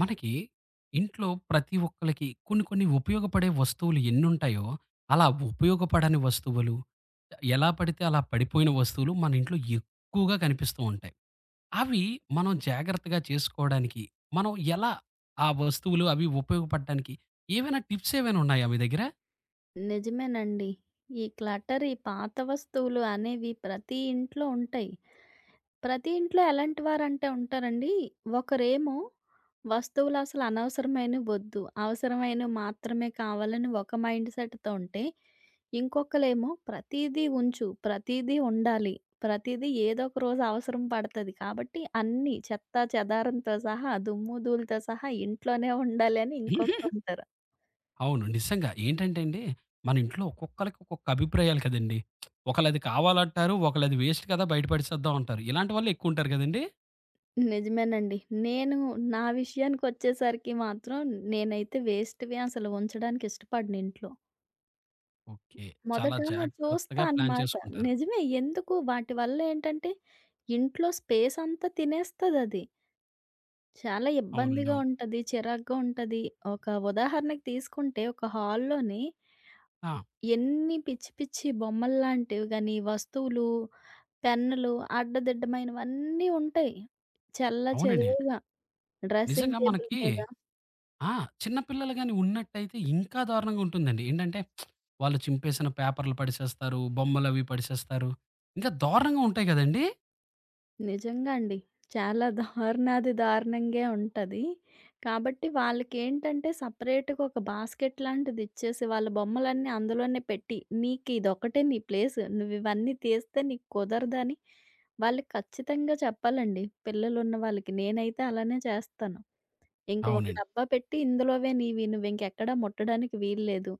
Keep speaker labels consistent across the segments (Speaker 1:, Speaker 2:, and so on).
Speaker 1: మనకి ఇంట్లో ప్రతి ఒక్కళ్ళకి కొన్ని కొన్ని ఉపయోగపడే వస్తువులు ఎన్నుంటాయో, అలా ఉపయోగపడని వస్తువులు, ఎలా పడితే అలా పడిపోయిన వస్తువులు మన ఇంట్లో ఎక్కువగా కనిపిస్తూ ఉంటాయి. అవి మనం జాగ్రత్తగా చేసుకోవడానికి, మనం ఎలా ఆ వస్తువులు అవి ఉపయోగపడడానికి ఏవైనా టిప్స్ ఏవైనా ఉన్నాయా మీ దగ్గర?
Speaker 2: నిజమేనండి. ఈ క్లటర్, ఈ పాత వస్తువులు అనేవి ప్రతి ఇంట్లో ఉంటాయి. ప్రతి ఇంట్లో ఎలాంటి వారంటే ఉంటారండి, ఒకరేమో వస్తువులు అసలు అనవసరమైనవి వద్దు, అవసరమైనవి మాత్రమే కావాలని ఒక మైండ్ సెట్‌తో ఉంటే, ఇంకొకలేమో ప్రతీదీ ఉంచు, ప్రతీదీ ఉండాలి, ప్రతీదీ ఏదో ఒక రోజు అవసరం పడతది కాబట్టి అన్నీ చెత్తా చెదారంతో సహా, దుమ్ము ధూళితో సహా ఇంట్లోనే ఉండాలి అని ఇంకొకరుంటారు.
Speaker 1: అవును. నిజంగా. ఏంటంటే అండి, మన ఇంట్లో ఒక్కొక్కళ్ళకి ఒక్కొక్క అభిప్రాయాలు కదండీ! ఒకళ్ళది కావాలంటారు, ఒకళ్ళది వేస్ట్ కదా! బయట పడేసేద్దాం అంటారు. ఇలాంటి వాళ్ళు ఎక్కువ ఉంటారు కదండీ!
Speaker 2: నిజమేనండి. నేను నా విషయానికొచ్చేసరికి మాత్రం నేనైతే వేస్ట్‌వి అసలు ఉంచడానికి ఇష్టపడను ఇంట్లో.
Speaker 1: ఓకే. చాలా
Speaker 2: మొదట చూస్తా
Speaker 1: జాగ్రత్తగా ప్లాన్
Speaker 2: అనమాట.
Speaker 1: చేసుకుంటారు.
Speaker 2: నిజమే ఎందుకు వాటి వల్ల ఏంటంటే ఇంట్లో స్పేస్ అంతా తినేస్తదది. చాలా
Speaker 1: అవునండి.
Speaker 2: ఇబ్బందిగా
Speaker 1: అవును.
Speaker 2: ఉంటది, చిరాగ్గా ఉంటది. ఒక ఉదాహరణకి తీసుకుంటే ఒక హాల్‌లోని
Speaker 1: ఆ!
Speaker 2: ఎన్ని పిచ్చి పిచ్చి బొమ్మల్లాంటివి గాని, వస్తువులు, పెన్నులు అడ్డదిడ్డమైనవన్నీ ఉంటాయి.
Speaker 1: అవునండి.
Speaker 2: చెల్లాచెదురుగా డ్రెస్సింగ్
Speaker 1: నిజంగా మనకి
Speaker 2: టేబుల్ మీద.
Speaker 1: ఆ! చిన్న పిల్లలు గాని ఉన్నట్టయితే ఇంకా దారుణంగా ఉంటుందండి. ఏంటంటే వాళ్ళు చింపేసిన పేపర్‌లు పడేసేస్తారు, బొమ్మలవి పడేసేస్తారు. ఇంకా దారుణంగా ఉంటాయి గదండీ!
Speaker 2: నిజంగా అండి. చాలా దారుణంగే ఉంటది. కాబట్టి వాళ్ళకేంటంటే సెపరేట్‌గా ఒక బాస్కెట్ లాంటిది ఇచ్చేసి వాళ్ళ బొమ్మలన్నీ అందులోనే పెట్టి, "నీకిదొక్కటే నీ ప్లేస్. నువ్వివన్నీ తీస్తే నీకు కుదరదని" వాళ్ళకి ఖచ్చితంగా చెప్పాలండి. పిల్లలున్న వాళ్ళకి. నేనైతే అలానే చేస్తాను. ఇంక ఒక
Speaker 1: అవునండి.
Speaker 2: డబ్బా పెట్టి, "ఇందులోవే నీవి. నువ్వింకెక్కడా ముట్టడానికి వీల్లేదు.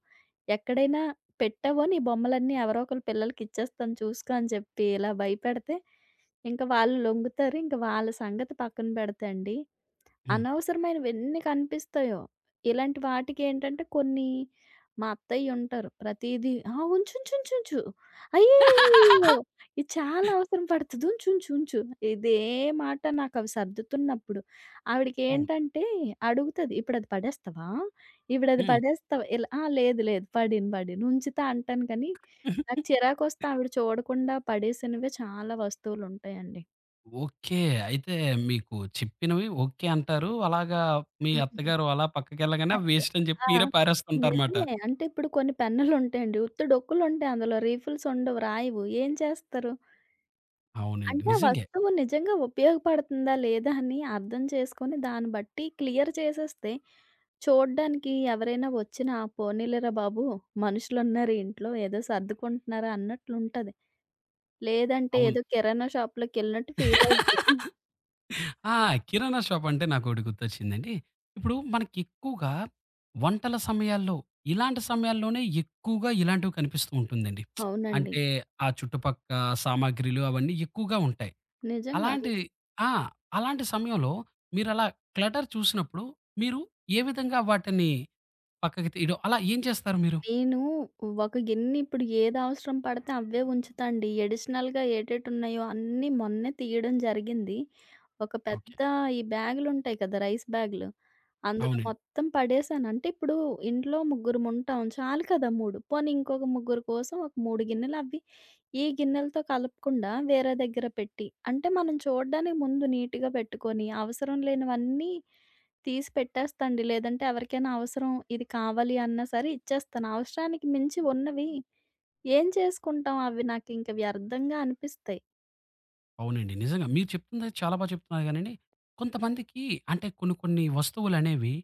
Speaker 2: ఎక్కడైనా పెట్టావో నీ బొమ్మలన్నీ ఎవరో ఒకళ్ళ పిల్లలకిచ్చేస్తాను చూసుకో" అని చెప్పి ఇలా భయపెడితే ఇంక వాళ్ళు లొంగుతారు. ఇంక వాళ్ళ సంగతి పక్కన పెడితే అండి,
Speaker 1: హ్మ్.
Speaker 2: అనవసరమైనవెన్ని కనిపిస్తాయో, ఇలాంటి వాటికేంటంటే కొన్ని మా అత్తయ్యుంటారు ప్రతీదీ, "ఆ! ఉంచుంచుంచుంచు. అయ్యయ్యయ్యయ్యో! ఇది చాలా అవసరం పడతది. ఉంచుంచు ఉంచు." ఇదే మాట నాకవి సర్దుతున్నప్పుడు,
Speaker 1: అవును.
Speaker 2: ఆవిడకేంటంటే అడుగుతది, "ఇప్పుడది పడేస్తావా? ఇప్పుడది
Speaker 1: హ్మ్.
Speaker 2: పడేస్తావా?" ఇలా, "ఆ! లేదు లేదు. పడేను పడేను. ఉంచుతా" అంటాను కానీ, నాకు చిరాకొస్తే ఆవిడ చూడకుండా పడేసినవే చాలా వస్తువులుంటాయండి.
Speaker 1: ఓకే. అయితే మీకు చెప్పినవి ఓకే అంటారు. అలాగా మీ
Speaker 2: హ్మ్.
Speaker 1: అత్తగారు అలా పక్కకెళ్ళగానే అవి
Speaker 2: అంతే.
Speaker 1: వేస్ట్ అని జెప్పి
Speaker 2: ఆ!
Speaker 1: మీరే పారేస్తుంటారుమాట.
Speaker 2: నిజమే. అంటే ఇప్పుడు కొన్ని పెన్నులుంటాయండి. ఉత్త డొక్కులుంటాయి అందులో రీఫిల్స్ ఉండవు, రాయవు. ఏం చేస్తారు?
Speaker 1: అవునండి.
Speaker 2: అంటే ఆ
Speaker 1: నిజంగే.
Speaker 2: వస్తువు నిజంగా ఉపయోగపడుతుందా? లేదా? అని అర్థం చేసుకొని దాన్ని బట్టి క్లియర్ చేసేస్తే చూడ్డానికి ఎవరైనా వచ్చినా పోనీలేరా బాబు! మనుషులున్నారు ఇంట్లో ఏదో సర్దుకుంటున్నారా అన్నట్లుంటది. లేదంటే
Speaker 1: అవును.
Speaker 2: ఏదో కిరాణా షాప్‌లోకెళ్ళినట్టు ఫీల్ అవుతారు.
Speaker 1: ఆ! కిరాణా షాప్ అంటే నాకోటి గుర్తొచ్చిందండి. ఇప్పుడు మనకెక్కువగా వంటల సమయాల్లో, ఇలాంటి సమయాల్లోనే ఎక్కువగా ఇలాంటివి కనిపిస్తూ ఉంటుందండి.
Speaker 2: అవునండి.
Speaker 1: అంటే ఆ చుట్టుపక్క సామాగ్రిలు అవన్నీ ఎక్కువగా ఉంటాయి.
Speaker 2: నిజంగా.
Speaker 1: అలాంటి ఆ! అలాంటి సమయంలో మీరలా క్లటర్ చూసినప్పుడు మీరు ఏ విధంగా వాటిని పక్కకి తీయడం అలా ఏం చేస్తారు మీరు?
Speaker 2: నేను ఒక గిన్నె ఇప్పుడు ఏది అవసరం పడితే అవే ఉంచుతాండి. అడిషనల్‌గా ఏటేటున్నాయో అన్నీ మొన్నే తీయడం జరిగింది. ఒక
Speaker 1: ఓకే.
Speaker 2: పెద్ద ఈ బ్యాగులుంటాయి కదా! రైస్ బ్యాగులు. అందులో
Speaker 1: అవునండి.
Speaker 2: మొత్తం పడేసాను. అంటే ఇప్పుడు ఇంట్లో ముగ్గురముంటాం. చాలు కదా! 3 పోనీ ఇంకొక ముగ్గురు కోసం ఒక 3 గిన్నెలు అవి ఈ గిన్నెలతో కలపకుండా వేరే దగ్గర పెట్టి అంటే మనం చూడడానికి ముందు నీట్‌గా పెట్టుకొని అవసరం లేనివన్నీ తీసి పెట్టేస్తాండి. లేదంటే ఎవరికైనా అవసరం ఇది కావాలి అన్నా సరే ఇచ్చేస్తాను. అవసరానికి మించి ఉన్నవి ఏం చేసుకుంటాం? అవి నాకింక వ్యర్థంగా అనిపిస్తాయి.
Speaker 1: అవునండి. నిజంగా. మీరు చెప్తుంది చాలా బా చెప్తున్నారు గానండి, కొంతమందికి అంటే కొన్ని కొన్ని వస్తువులనేవి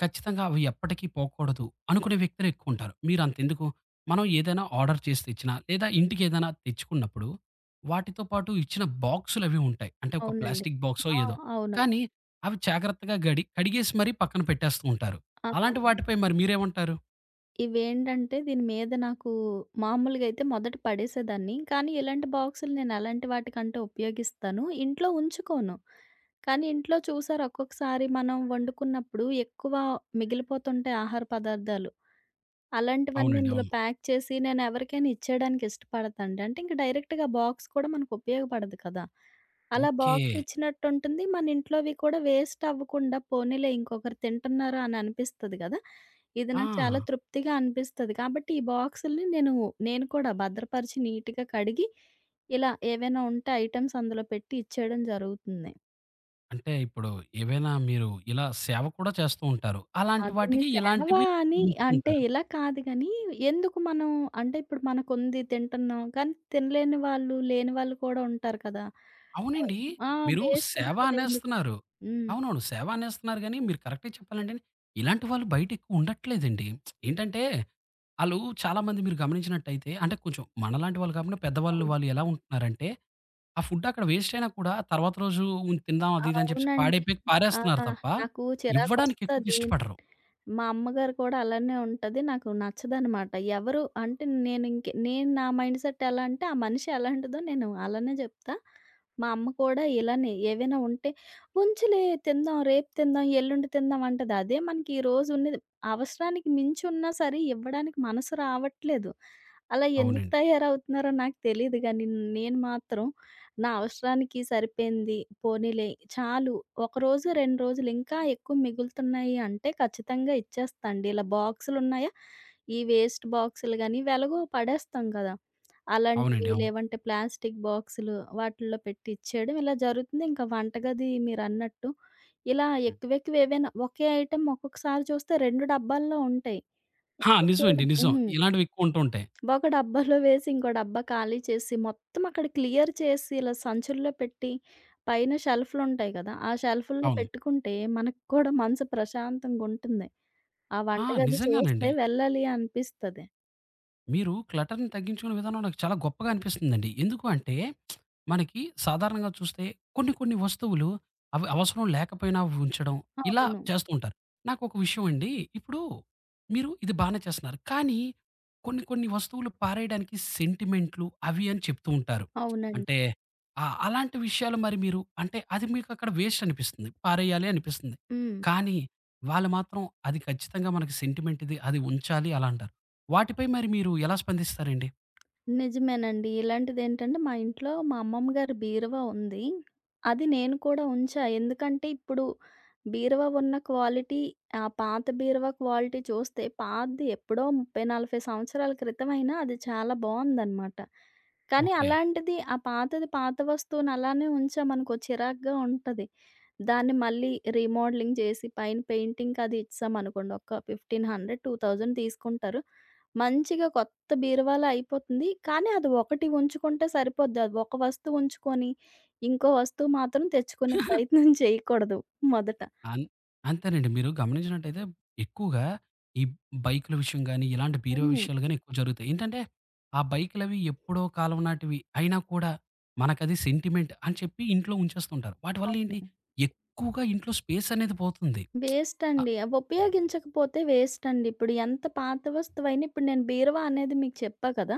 Speaker 1: ఖచ్చితంగా అవి ఎప్పటికీ పోకూడదు అనుకునే వ్యక్తులు ఎక్కువుంటారు. మీరంతెందుకు మనం ఏదైనా ఆర్డర్ చేసి తెచ్చినా, లేదా ఇంటికేదైనా తెచ్చుకున్నప్పుడు వాటితో పాటు ఇచ్చిన బాక్సులవి ఉంటాయి. అంటే ఒక
Speaker 2: అవునండి.
Speaker 1: ప్లాస్టిక్ బాక్సో
Speaker 2: ఆ!
Speaker 1: ఏదో.
Speaker 2: అవును.
Speaker 1: కానీ అవి జాగ్రత్తగా కడిగేసి మరీ పక్కన పెట్టేస్తూ ఉంటారు.
Speaker 2: ఆ!
Speaker 1: అలాంటి వాటిపై మరి మీరేమంటారు?
Speaker 2: ఇవేంటంటే దీని మీద నాకు మామూలుగా అయితే మొదట పడేసేదాన్ని. కానీ ఇలాంటి బాక్సులు నేను ఎలాంటి వాటికంటే ఉపయోగిస్తాను. ఇంట్లో ఉంచుకోను. కానీ ఇంట్లో చూసారా ఒక్కొక్కసారి మనం వండుకున్నప్పుడు ఎక్కువ మిగిలిపోతుంటాయి ఆహార పదార్థాలు. అలాంటివన్నీ
Speaker 1: అవునండి.
Speaker 2: ఇందులో
Speaker 1: అవును.
Speaker 2: ప్యాక్ చేసి నేనెవరికైనా ఇచ్చేయడానికి ఇష్టపడతాండి. అంటే ఇంక డైరెక్ట్‌గా బాక్స్ కూడా మనకుపయోగపడదు కదా! అలా
Speaker 1: ఓకే.
Speaker 2: బాక్స్ ఇచ్చినట్టుంటుంది. మన ఇంట్లోవి కూడా వేస్ట్ అవ్వకుండా పోనీలే ఇంకొకరు తింటున్నారు అని అనిపిస్తది గదా! ఇది
Speaker 1: ఆ!
Speaker 2: నాకు చాలా తృప్తిగా అనిపిస్తది. కాబట్టి ఈ బాక్సుల్ని నేను కూడా భద్రపరిచి నీట్‌గా కడిగి ఇలా ఏవైనా ఉంటే ఐటెమ్స్ అందులో పెట్టి ఇచ్చేయడం జరుగుతుంది.
Speaker 1: అంటే ఇప్పుడు ఏవైనా మీరు ఇలా సేవ కూడా చేస్తూ ఉంటారు. అలాంటి
Speaker 2: అదేండి
Speaker 1: వాటికి
Speaker 2: సేవ
Speaker 1: ఇలాంటివి
Speaker 2: అని అంటే
Speaker 1: ఉపయోగించుకుంటారు.
Speaker 2: ఇలా కాదు గానీ, ఎందుకు మనం అంటే ఇప్పుడు మనకుంది తింటున్నాం, కానీ తినలేని వాళ్ళు, లేని వాళ్ళు కూడా ఉంటారు కదా! ఆహ్,
Speaker 1: అవునండి.
Speaker 2: ఆ!
Speaker 1: మీరు
Speaker 2: వేస్ట్
Speaker 1: సేవ
Speaker 2: బదులెందుకు?
Speaker 1: అనేస్తున్నారు.
Speaker 2: హ్మ్.
Speaker 1: అవునవును. సేవ అనేస్తున్నారు గానీ, మీరు కరెక్టే చెప్పాలంటే ఇలాంటి వాళ్ళు బయట ఎక్కువ ఉండట్లేదండి. ఏంటంటే ఆళ్ళు చాలామంది మీరు గమనించినట్టయితే అంటే కొంచెం మనలాంటి వాళ్ళు కాకుండా పెద్దవాళ్ళు
Speaker 2: అవును.
Speaker 1: వాళ్ళు ఎలా ఉంటున్నారంటే, ఆ ఫుడ్ అక్కడ వేస్ట్ అయినా కూడా తర్వాత రోజు తిందాం
Speaker 2: ఆ,
Speaker 1: అది ఇది అని చెప్పేసి
Speaker 2: అవునండి.
Speaker 1: పాడైపోయాక
Speaker 2: ఆ!
Speaker 1: పారేస్తున్నారు తప్ప,
Speaker 2: నాకు
Speaker 1: ఇవ్వడానికి ఎక్కువగా
Speaker 2: చిరాకొస్తది.
Speaker 1: ఇష్టపడరు.
Speaker 2: మా అమ్మగారు కూడా అలానే ఉంటది. నాకు నచ్చదనమాట. ఎవరు అంటే నేను నా మైండ్ సెట్ ఎలా అంటే ఆ మనిషి ఎలాంటిదో నేను అలానే జెప్తా. మా అమ్మ కూడా ఇలానే ఏవైనా ఉంటే, "ఉంచులే తిందాం, రేపు తిందాం, ఎల్లుండి తిందాం" అంటది. అదే మనకి ఈ రోజు ఉన్నది అవసరానికి మించి ఉన్నా సరే ఇవ్వడానికి మనసు రావట్లేదు. అలా ఎందుకు
Speaker 1: అవునండి.
Speaker 2: తయారవుతున్నారో నాకు తెలీదు గానీ నేను మాత్రం నా అవసరానికి సరిపోయింది పోనీలే చాలు. ఒకరోజు, 2 రోజులు ఇంకా ఎక్కువ మిగులుతున్నాయి అంటే ఖచ్చితంగా ఇచ్చేస్తా అండి. ఇలా బాక్సులున్నాయా, ఈ వేస్ట్ బాక్సులు గానీ ఇవి ఎలాగో పడేస్తాం కదా! అలాంటివి
Speaker 1: అవునండి. అవును.
Speaker 2: లేవంటే ప్లాస్టిక్ బాక్సులు వాటిల్లో పెట్టి ఇచ్చేయడం ఇలా జరుగుతుంది. ఇంకా వంటగది మీరన్నట్టు ఇలా ఎక్కువెక్కువ ఏవైనా ఒకే ఐటెమ్ ఒక్కొక్కసారి చూస్తే 2 డబ్బాల్లో ఉంటాయి.
Speaker 1: ఆ!
Speaker 2: ఒకరు
Speaker 1: నిజమండి.
Speaker 2: కూడా.
Speaker 1: నిజం.
Speaker 2: హ్మ్.
Speaker 1: ఇలాంటివి ఎక్కువ ఉంటూ ఉంటాయి.
Speaker 2: ఒక డబ్బాలో వేసి, ఇంకో డబ్బా ఖాళీ చేసి, మొత్తం అక్కడ క్లియర్ చేసి, ఇలా సంచుల్లో పెట్టి, పైన షెల్ఫ్‌లుంటాయి కదా! ఆ షెల్ఫ్‌ల్లో
Speaker 1: అవును.
Speaker 2: పెట్టుకుంటే, మనకు కూడా మనసు ప్రశాంతంగుంటుంది. ఆ
Speaker 1: ఆ!
Speaker 2: వంటగది చూస్తే
Speaker 1: నిజంగానండి.
Speaker 2: వెళ్ళాలి అనిపిస్తది.
Speaker 1: మీరు క్లటర్‌ని తగ్గించుకునే విధానం నాకు చాలా గొప్పగా అనిపిస్తుందండి. ఎందుకు అంటే, మనకి సాధారణంగా చూస్తే కొన్ని కొన్ని వస్తువులు అవి అవసరం లేకపోయినా ఉంచడం, ఇలా
Speaker 2: అవును.
Speaker 1: చేస్తూ ఉంటారు. నాకొక విషయం అండి, ఇప్పుడు మీరు ఇది బానే చేస్తున్నారు. కానీ కొన్ని కొన్ని వస్తువులు పారేయడానికి సెంటిమెంట్లు అవి అని చెప్తూ ఉంటారు.
Speaker 2: అవునండి.
Speaker 1: అంటే ఆహ్, అలాంటి విషయాలు మరి మీరు అంటే అది మీకక్కడ వేస్ట్ అనిపిస్తుంది. పారేయాలి అనిపిస్తుంది.
Speaker 2: హ్మ్.
Speaker 1: కానీ వాళ్ళు మాత్రం అది ఖచ్చితంగా మనకి సెంటిమెంట్ ఇది అది ఉంచాలి అలా అంటారు. వాటిపై మరి మీరు ఎలా స్పందిస్తారండి?
Speaker 2: నిజమేనండి. ఇలాంటిదేంటంటే, మా ఇంట్లో మా అమ్మమ్మ గారి బీరువా ఉంది. అది నేను కూడా ఉంచా. ఎందుకంటే, ఇప్పుడు బీరువా ఉన్న క్వాలిటీ, ఆ పాత బీరువా క్వాలిటీ చూస్తే పాతది ఎప్పుడో 30, 40 సంవత్సరాల క్రితమైనా అది చాలా బావుందనమాట. కానీ
Speaker 1: ఓకే.
Speaker 2: అలాంటిది ఆ పాతది పాత వస్తువుని అలానే ఉంచామనుకో చిరాగ్గా ఉంటది. దాన్ని మళ్ళీ రీమోడలింగ్ చేసి పైన పెయింటింగ్‌కది ఇచ్చేసామనుకోండి, ఒక 1500, 2000 తీసుకుంటారు. మంచిగా కొత్త కొత్త బీరువాలా అయిపోతుంది. కానీ అది ఒకటి ఉంచుకుంటే సరిపోద్ది. అది ఒక వస్తువు ఉంచుకొని, ఇంకో వస్తువు మాత్రం తెచ్చుకునే ప్రయత్నం చేయకూడదు మొదట.
Speaker 1: అన్ అంతేనండి. మీరు గమనించినట్టయితే ఎక్కువగా ఈ బైకుల విషయం గాని, ఇలాంటి బీరువా
Speaker 2: హ్మ్.
Speaker 1: విషయాలు గాని ఎక్కువ జరుగుతాయి. ఏంటంటే, ఆ బైకులవి ఎప్పుడో కాలం నాటివి అయినా కూడా మనకది సెంటిమెంట్ అని చెప్పి ఇంట్లో ఉంచేస్తుంటారు. వాటి వల్ల ఏంటి
Speaker 2: అవును.
Speaker 1: ఎక్కువగా ఇంట్లో స్పేస్ అనేది పోతుంది.
Speaker 2: వేస్ట్
Speaker 1: అ
Speaker 2: అండి. అవి ఉపయోగించకపోతే వేస్ట్ అండి. ఇప్పుడు ఎంత పాత వస్తువైనా ఇప్పుడు నేను బీరువా అనేది మీకు చెప్పా కదా!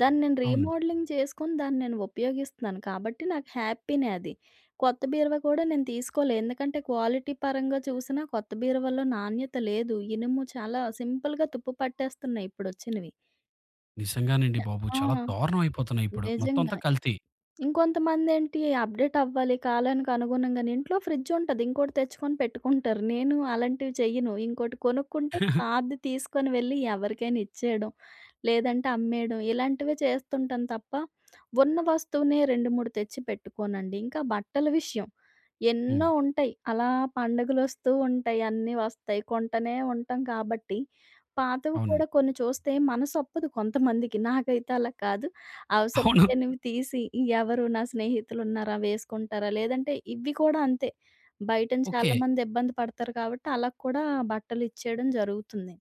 Speaker 2: దాన్ని నేను
Speaker 1: అవునండి.
Speaker 2: రీమోడలింగ్ చేసుకొని దాన్ని నేను ఉపయోగిస్తున్నాను. కాబట్టి నాకు హ్యాపీనే అది. కొత్త బీరువా కూడా నేను తీసుకోలే. ఎందుకంటే క్వాలిటీ పరంగా చూసినా కొత్త బీరువాలో నాణ్యత లేదు. ఇనుము చాలా సింపుల్‌గా తుప్పు పట్టేస్తున్నాయి ఇప్పుడొచ్చినవి.
Speaker 1: నిజంగానండి బాబు.
Speaker 2: ఆ!
Speaker 1: చాలా దారుణం అయిపోతున్నాయి ఇప్పుడు. మొత్తం
Speaker 2: నిజంగా.
Speaker 1: అంతా కల్తీ.
Speaker 2: ఇంకొంతమందేంటి అప్‌డేట్ అవ్వాలి. కాలానికి అనుగుణంగానే ఇంట్లో ఫ్రిడ్జ్ ఉంటది. ఇంకోటి తెచ్చుకొని పెట్టుకుంటారు. నేను అలాంటివి చెయ్యను. ఇంకోటి కొనుక్కుంటే పాతది తీసుకొని వెళ్ళి ఎవరికైనా ఇచ్చేయడం, లేదంటే అమ్మేయడం ఇలాంటివే చేస్తుంటాను తప్ప, ఉన్న వస్తువునే 2, 3 తెచ్చి పెట్టుకోనండి. ఇంకా బట్టల విషయం
Speaker 1: హ్మ్.
Speaker 2: ఎన్నో ఉంటాయి. అలా పండుగలొస్తూ ఉంటాయి. అన్నీ వస్తాయి. కొంటనే ఉంటాం కాబట్టి, పాతవి కూడా
Speaker 1: అవునండి.
Speaker 2: కొన్ని చూస్తే మనసొప్పదు కొంతమందికి. నాకైతే అలా కాదు. అవసరం
Speaker 1: అవును.
Speaker 2: లేనివి తీసి ఎవరు నా స్నేహితులున్నారా వేసుకుంటారా? లేదంటే ఇవి కూడా అంతే. బయటన
Speaker 1: ఓకే.
Speaker 2: చాలామంది ఇబ్బంది పడతారు కాబట్టి అలా కూడా బట్టలిచ్చేయడం జరుగుతుంది.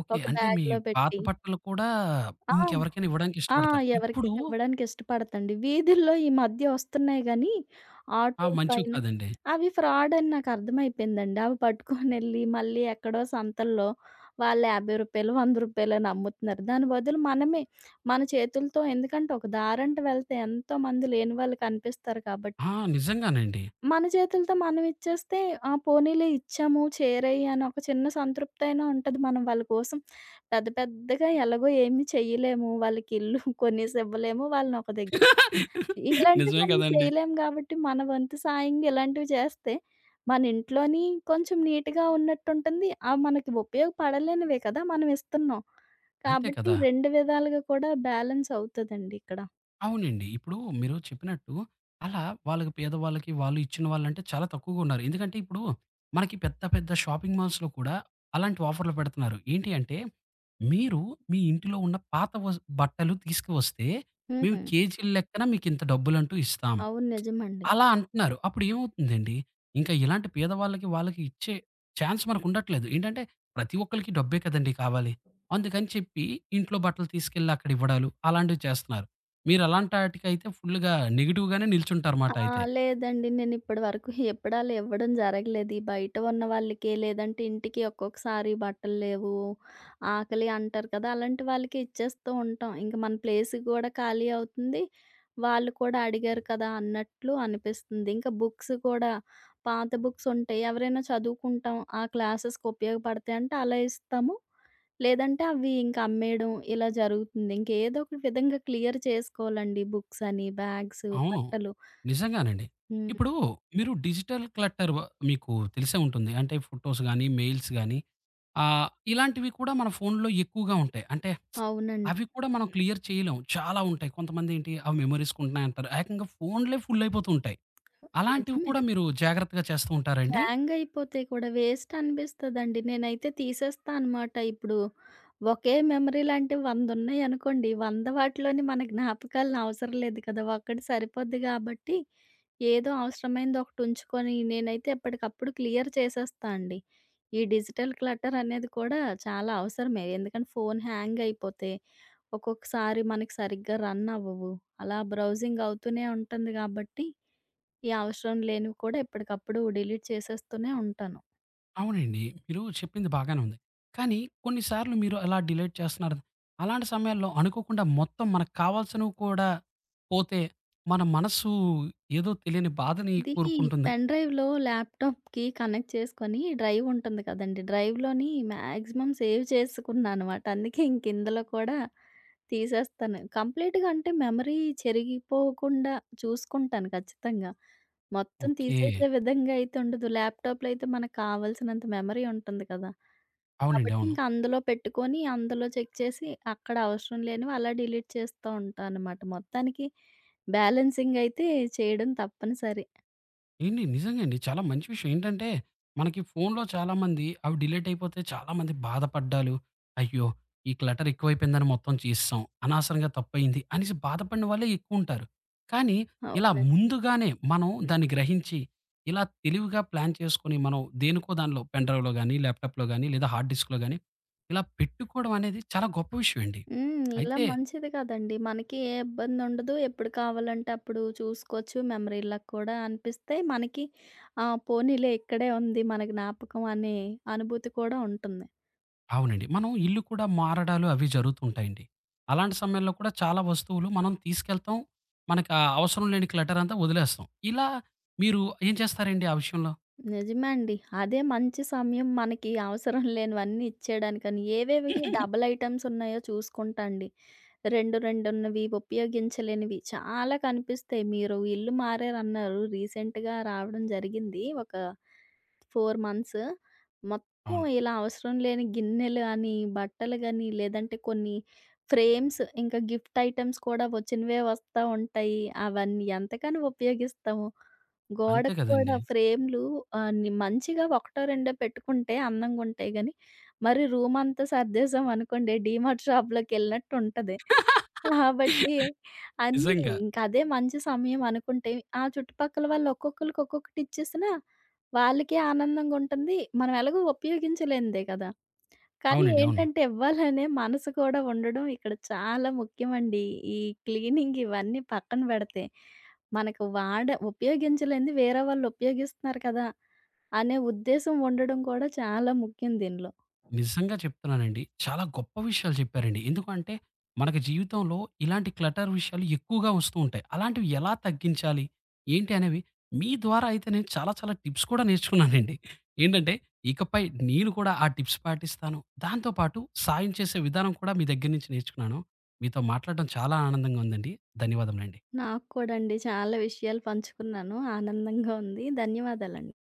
Speaker 1: ఓకే.
Speaker 2: ఒక
Speaker 1: అంటే మీ
Speaker 2: బ్యాగ్‌లో
Speaker 1: పాత
Speaker 2: పెట్టి
Speaker 1: బట్టలు కూడా
Speaker 2: ఆ!
Speaker 1: ఇంకెవరికైనా ఇవ్వడానికి
Speaker 2: ఆ!
Speaker 1: ఇష్టపడతారు. ఇప్పుడు
Speaker 2: ఎవరికైనా ఇవ్వడానికి ఇష్టపడతండి. వీధుల్లో ఈ మధ్య వస్తున్నాయి గానీ,
Speaker 1: ఆ!
Speaker 2: ఆటోల
Speaker 1: మంచివి
Speaker 2: పైన
Speaker 1: కాదండి.
Speaker 2: అవి ఫ్రాడని నాకర్థమైపోయిందండి. అవి పట్టుకొనెళ్ళి మళ్ళీ ఎక్కడో సంతల్లో వాళ్ళు రూ. 50, రూ. 100 అమ్ముతున్నారు. దాని బదులు మనమే మన చేతులతో ఎందుకంటే, ఒక దారంట వెళ్తే ఎంతోమంది లేని వాళ్ళు కనిపిస్తారు కాబట్టి
Speaker 1: ఆ! నిజంగానండి.
Speaker 2: మన చేతులతో మనం ఇచ్చేస్తే, ఆ! పోనీలే ఇచ్చాము, చేరాయి అని ఒక చిన్న సంతృప్తి అయినా ఉంటది. మనం వాళ్ళ కోసం పెద్దగా ఎలాగో ఏమి చెయ్యలేము. వాళ్ళకి ఇల్లు కొనేసి ఇవ్వలేము. వాళ్ళని ఒక దగ్గర ఇలాంటివి
Speaker 1: నిజమే
Speaker 2: మనం
Speaker 1: కదండీ.
Speaker 2: చేయలేము కాబట్టి, మన వంతు సాయంగా ఇలాంటివి చేస్తే, మన ఇంట్లోని కొంచెం నీట్‌గా ఉన్నట్టుంటుంది. ఆ! మనకి ఉపయోగపడలేనివే కదా! మనం ఇస్తున్నాం.
Speaker 1: అంతే
Speaker 2: కాబట్టి
Speaker 1: కదా!
Speaker 2: 2 విధాలుగా కూడా బ్యాలెన్స్ అవుతదండి ఇక్కడ.
Speaker 1: అవునండి. ఇప్పుడు మీరు చెప్పినట్టు అలా వాళ్ళకి పేదవాళ్ళకి వాళ్ళు ఇచ్చిన వాళ్ళంటే చాలా తక్కువగా ఉన్నారు. ఎందుకంటే ఇప్పుడు మనకి పెద్ద పెద్ద షాపింగ్ మాల్స్‌లో కూడా అలాంటి ఆఫర్‌లు పెడుతున్నారు. ఏంటి అంటే మీరు మీ ఇంటిలో ఉన్న పాత బట్టలు తీసుకువస్తే మేము
Speaker 2: హ్మ్.
Speaker 1: కేజీల లెక్కన మీకింత డబ్బులంటూ ఇస్తాం.
Speaker 2: అవును. నిజమండి.
Speaker 1: అలా అంటున్నారు. అప్పుడు ఏమవుతుందండి, ఇంకా ఇలాంటి పేదవాళ్ళకి, వాళ్ళకి ఇచ్చే ఛాన్స్ మనకుండట్లేదు. ఏంటంటే, ప్రతి ఒక్కళ్ళకి డబ్బే కదండీ కావాలి. అందుకని చెప్పి ఇంట్లో బట్టలు తీసుకెళ్ళి అక్కడ ఇవ్వడాలు, అలాంటివి చేస్తున్నారు. మీరలాంటి ఆటికైతే ఫుల్‌గా నెగెటివ్‌గానే నిల్చుంటారుమాట
Speaker 2: ఆ!
Speaker 1: అయితే.
Speaker 2: లేదండి. నేనిప్పటి వరకు ఎప్పుడు అలా ఇవ్వడం జరగలేదు. ఈ బయట ఉన్న వాళ్ళకి లేదంటే ఇంటికి ఒక్కొక్కసారి బట్టలు లేవు, ఆకలి అంటారు కదా! అలాంటి వాళ్ళకి ఇచ్చేస్తూ ఉంటాం. ఇంక మన ప్లేస్ గూడా ఖాళీ అవుతుంది. వాళ్ళు కూడా అడిగారు కదా! అన్నట్లు అనిపిస్తుంది. ఇంకా బుక్స్ కూడా పాత బుక్స్ ఉంటాయి. ఎవరైనా చదువుకుంటాం ఆ క్లాసెస్‌కి ఉపయోగపడతాయంటే అలా ఇస్తాము. లేదంటే అవి ఇంకా అమ్మేయడం ఇలా జరుగుతుంది. ఇంకేదో ఒక విధంగా క్లియర్ చేసుకోవాలండి బుక్స్ అని, బ్యాగ్స్,
Speaker 1: అవును.
Speaker 2: బట్టలు.
Speaker 1: నిజంగానండి.
Speaker 2: హ్మ్.
Speaker 1: ఇప్పుడు మీరు డిజిటల్ క్లట్టర్ మీకు తెలిసే ఉంటుంది. అంటే ఫోటోస్ గాని, మెయిల్స్ గాని ఆహ్, ఇలాంటివి కూడా మన ఫోన్‌లో ఎక్కువగా ఉంటాయి. అంటే
Speaker 2: అవునండి.
Speaker 1: అవి కూడా మనం క్లియర్ చేయలేం. చాలా ఉంటాయి. కొంతమందేంటి అవి మెమోరీస్‌కుంటున్నాయి అంటారు. ఏకంగా ఫోన్‌లే ఫుల్ అయిపోతూ ఉంటాయి. అలాంటివి
Speaker 2: నిజమే.
Speaker 1: కూడా మీరు జాగ్రత్తగా చేస్తూ ఉంటారండి?
Speaker 2: హ్యాంగ్ అయిపోతాయి కూడా. వేస్ట్ అనిపిస్తదండి. నేనైతే తీసేస్తా అనమాట. ఇప్పుడు ఒకే మెమరీ లాంటివి 100 ఉన్నాయనుకోండి. 100 వాటిలోని మన జ్ఞాపకాలను అవసరం లేదు కదా! ఒక్కటి సరిపోద్ది కాబట్టి, ఏదో అవసరమైనది ఒకటి ఉంచుకొని నేనైతే ఎప్పటికప్పుడు క్లియర్ చేసేస్తా అండి. ఈ డిజిటల్ క్లటర్ అనేది కూడా చాలా అవసరమే. ఎందుకంటే ఫోను హ్యాంగ్ అయిపోతే, ఒక్కొక్కసారి మనకి సరిగ్గా రన్ అవ్వవు. అలా బ్రౌజింగ్ అవుతూనే ఉంటుంది కాబట్టి ఈ అవసరం లేనివి కూడా ఎప్పటికప్పుడు డిలీట్ చేసేస్తూనే ఉంటాను.
Speaker 1: అవునండి. మీరు చెప్పింది బాగానే ఉంది. కానీ కొన్ని సార్లు మీరు అలా డిలీట్ చేస్తున్నారు. అలాంటి సమయాల్లో అనుకోకుండా మొత్తం మనకు కావాల్సినవి కూడా పోతే మన మనసు ఏదో తెలియని బాధని
Speaker 2: ఇది
Speaker 1: కోరుకుంటుంది.
Speaker 2: పెన్ డ్రైవ్‌లో ల్యాప్‌టాప్‌కి కనెక్ట్ చేసుకొని డ్రైవ్ ఉంటుంది కదండీ! డ్రైవ్‌లోని మాక్సిమం సేవ్ చేసుకున్నాననమాట. అందుకే ఇంక ఇందులో కూడా తీసేస్తాను. కంప్లీట్‌గా అంటే మెమరీ చెరిగిపోకుండా చూసుకుంటాను ఖచ్చితంగా. మొత్తం
Speaker 1: ఓకే.
Speaker 2: తీసేసే విధంగా అయితే ఉండదు. ల్యాప్‌టాప్‌లో అయితే మనకు కావాల్సినంత మెమరీ ఉంటుంది కదా!
Speaker 1: అవునండి.
Speaker 2: కాబట్టి
Speaker 1: అవును.
Speaker 2: ఇంక అందులో పెట్టుకొని, అందులో చెక్ చేసి అక్కడ అవసరం లేనివి అలా డిలీట్ చేస్తూ ఉంటాననమాట. మొత్తానికి బ్యాలెన్సింగ్ అయితే చేయడం తప్పనిసరి.
Speaker 1: ఏండి నిజంగా అండి. చాలా మంచి విషయం. ఏంటంటే, మనకి ఫోనులో చాలామంది అవి డిలీట్ అయిపోతే చాలామంది బాధపడ్డాలు. అయ్యో! ఈ క్లటర్ ఎక్కువైపోయిందని మొత్తం చేసేసాం. అనవసరంగా తప్పయింది అనేసి బాధపడిన వాళ్ళే ఎక్కువుంటారు. కానీ ఇలా
Speaker 2: అవును.
Speaker 1: ముందుగానే మనం దాన్ని గ్రహించి, ఇలా తెలివిగా ప్లాన్ చేసుకొని మనం దేనికో దానిలో పెన్ డ్రైవ్‌లో గాని, ల్యాప్‌టాప్‌లో గాని లేదా హార్డ్ డిస్క్‌లో గాని ఇలా పెట్టుకోవడం అనేది చాలా గొప్ప విషయం అండి.
Speaker 2: హ్మ్. ఇలా
Speaker 1: అయితే
Speaker 2: మంచిది కదండీ. మనకి ఏ ఇబ్బందుండదు. ఎప్పుడు కావాలంటే అప్పుడు చూసుకోవచ్చు. మెమరీ లాగా కూడా అనిపిస్తే మనకి ఆ! పోనీలే ఇక్కడే ఉంది మన జ్ఞాపకం అనే అనుభూతి కూడా ఉంటుంది.
Speaker 1: అవునండి. మనం ఇల్లు కూడా మారడాలు అవి జరుగుతూ ఉంటాయండి. అలాంటి సమయంలో కూడా చాలా వస్తువులు మనం తీసుకెళ్తాం. మనకు ఆ అవసరం లేని క్లటర్ అంతా వదిలేస్తాం. ఇలా మీరు ఏం చేస్తారండి ఆ విషయంలో?
Speaker 2: నిజమే అండి. అదే మంచి సమయం మనకి అవసరం లేనివన్నీ ఇచ్చేయడానికని. ఏవేవి డబుల్ ఐటెమ్స్ ఉన్నాయో చూసుకుంటా అండి. రెండున్నవి ఉపయోగించలేనివి చాలా కనిపిస్తాయి. మీరు ఇల్లు మారారన్నారు. రీసెంట్‌గా రావడం జరిగింది. ఒక 4 మంత్స్. మొత్తం
Speaker 1: అవును.
Speaker 2: ఇలా అవసరం లేని గిన్నెలు గాని, బట్టలు గాని, లేదంటే కొన్ని ఫ్రేమ్స్ ఇంకా గిఫ్ట్ ఐటెమ్స్ కూడా వచ్చినవే వస్తా ఉంటాయి. అవన్నీ ఎంతకని ఉపయోగిస్తాము.
Speaker 1: అంతే
Speaker 2: గోడకు
Speaker 1: కదండీ!
Speaker 2: కూడా ఫ్రేమ్‌లు ఆహ్, ని మంచిగా ఒకటో రెండో పెట్టుకుంటే అందంగుంటాయి గానీ, మరి రూమంతా సర్దేశాం అనుకోండి డీమార్ట్ షాప్‌లోకెళ్ళినట్టు ఉంటది. కాబట్టి అన్నీ
Speaker 1: నిజంగా.
Speaker 2: ఇంకదే మంచి సమయం అనుకుంటే, ఆ చుట్టుపక్కల వాళ్ళు ఒక్కొక్కళ్ళకి ఒక్కొక్కటి ఇచ్చేసినా వాళ్ళకి ఆనందంగా ఉంటుంది. మనం ఎలాగో ఉపయోగించలేనిదే కదా! కానీ
Speaker 1: అవునండి. అవును.
Speaker 2: ఏంటంటే ఇవ్వాలనే మనసు కూడా ఉండడం ఇక్కడ చాలా ముఖ్యమండి. ఈ క్లీనింగ్ ఇవన్నీ పక్కన పెడితే, మనకు వాడ ఉపయోగించలేనిది వేరే వాళ్ళు ఉపయోగిస్తున్నారు కదా! అనే ఉద్దేశం ఉండడం కూడా చాలా ముఖ్యం దీనిలో.
Speaker 1: నిజంగా చెప్తున్నానండి. చాలా గొప్ప విషయాలు చెప్పారండి. ఎందుకంటే మనకి జీవితంలో ఇలాంటి క్లటర్ విషయాలు ఎక్కువగా వస్తూ ఉంటాయి. అలాంటివి ఎలా తగ్గించాలి? ఏంటి అనేవి మీ ద్వారా అయితే నేను చాలా చాలా టిప్స్ కూడా నేర్చుకున్నానండి. ఏంటంటే ఇకపై నేను కూడా ఆ టిప్స్ పాటిస్తాను. దాంతో పాటు సాయం చేసే విధానం కూడా మీ దగ్గర నుంచి నేర్చుకున్నాను. మీతో మాట్లాడడం చాలా ఆనందంగా ఉందండి. ధన్యవాదములండి.
Speaker 2: నాకు కూడా అండి చాలా విషయాలు పంచుకున్నాను. ఆనందంగా ఉంది. ధన్యవాదాలండి.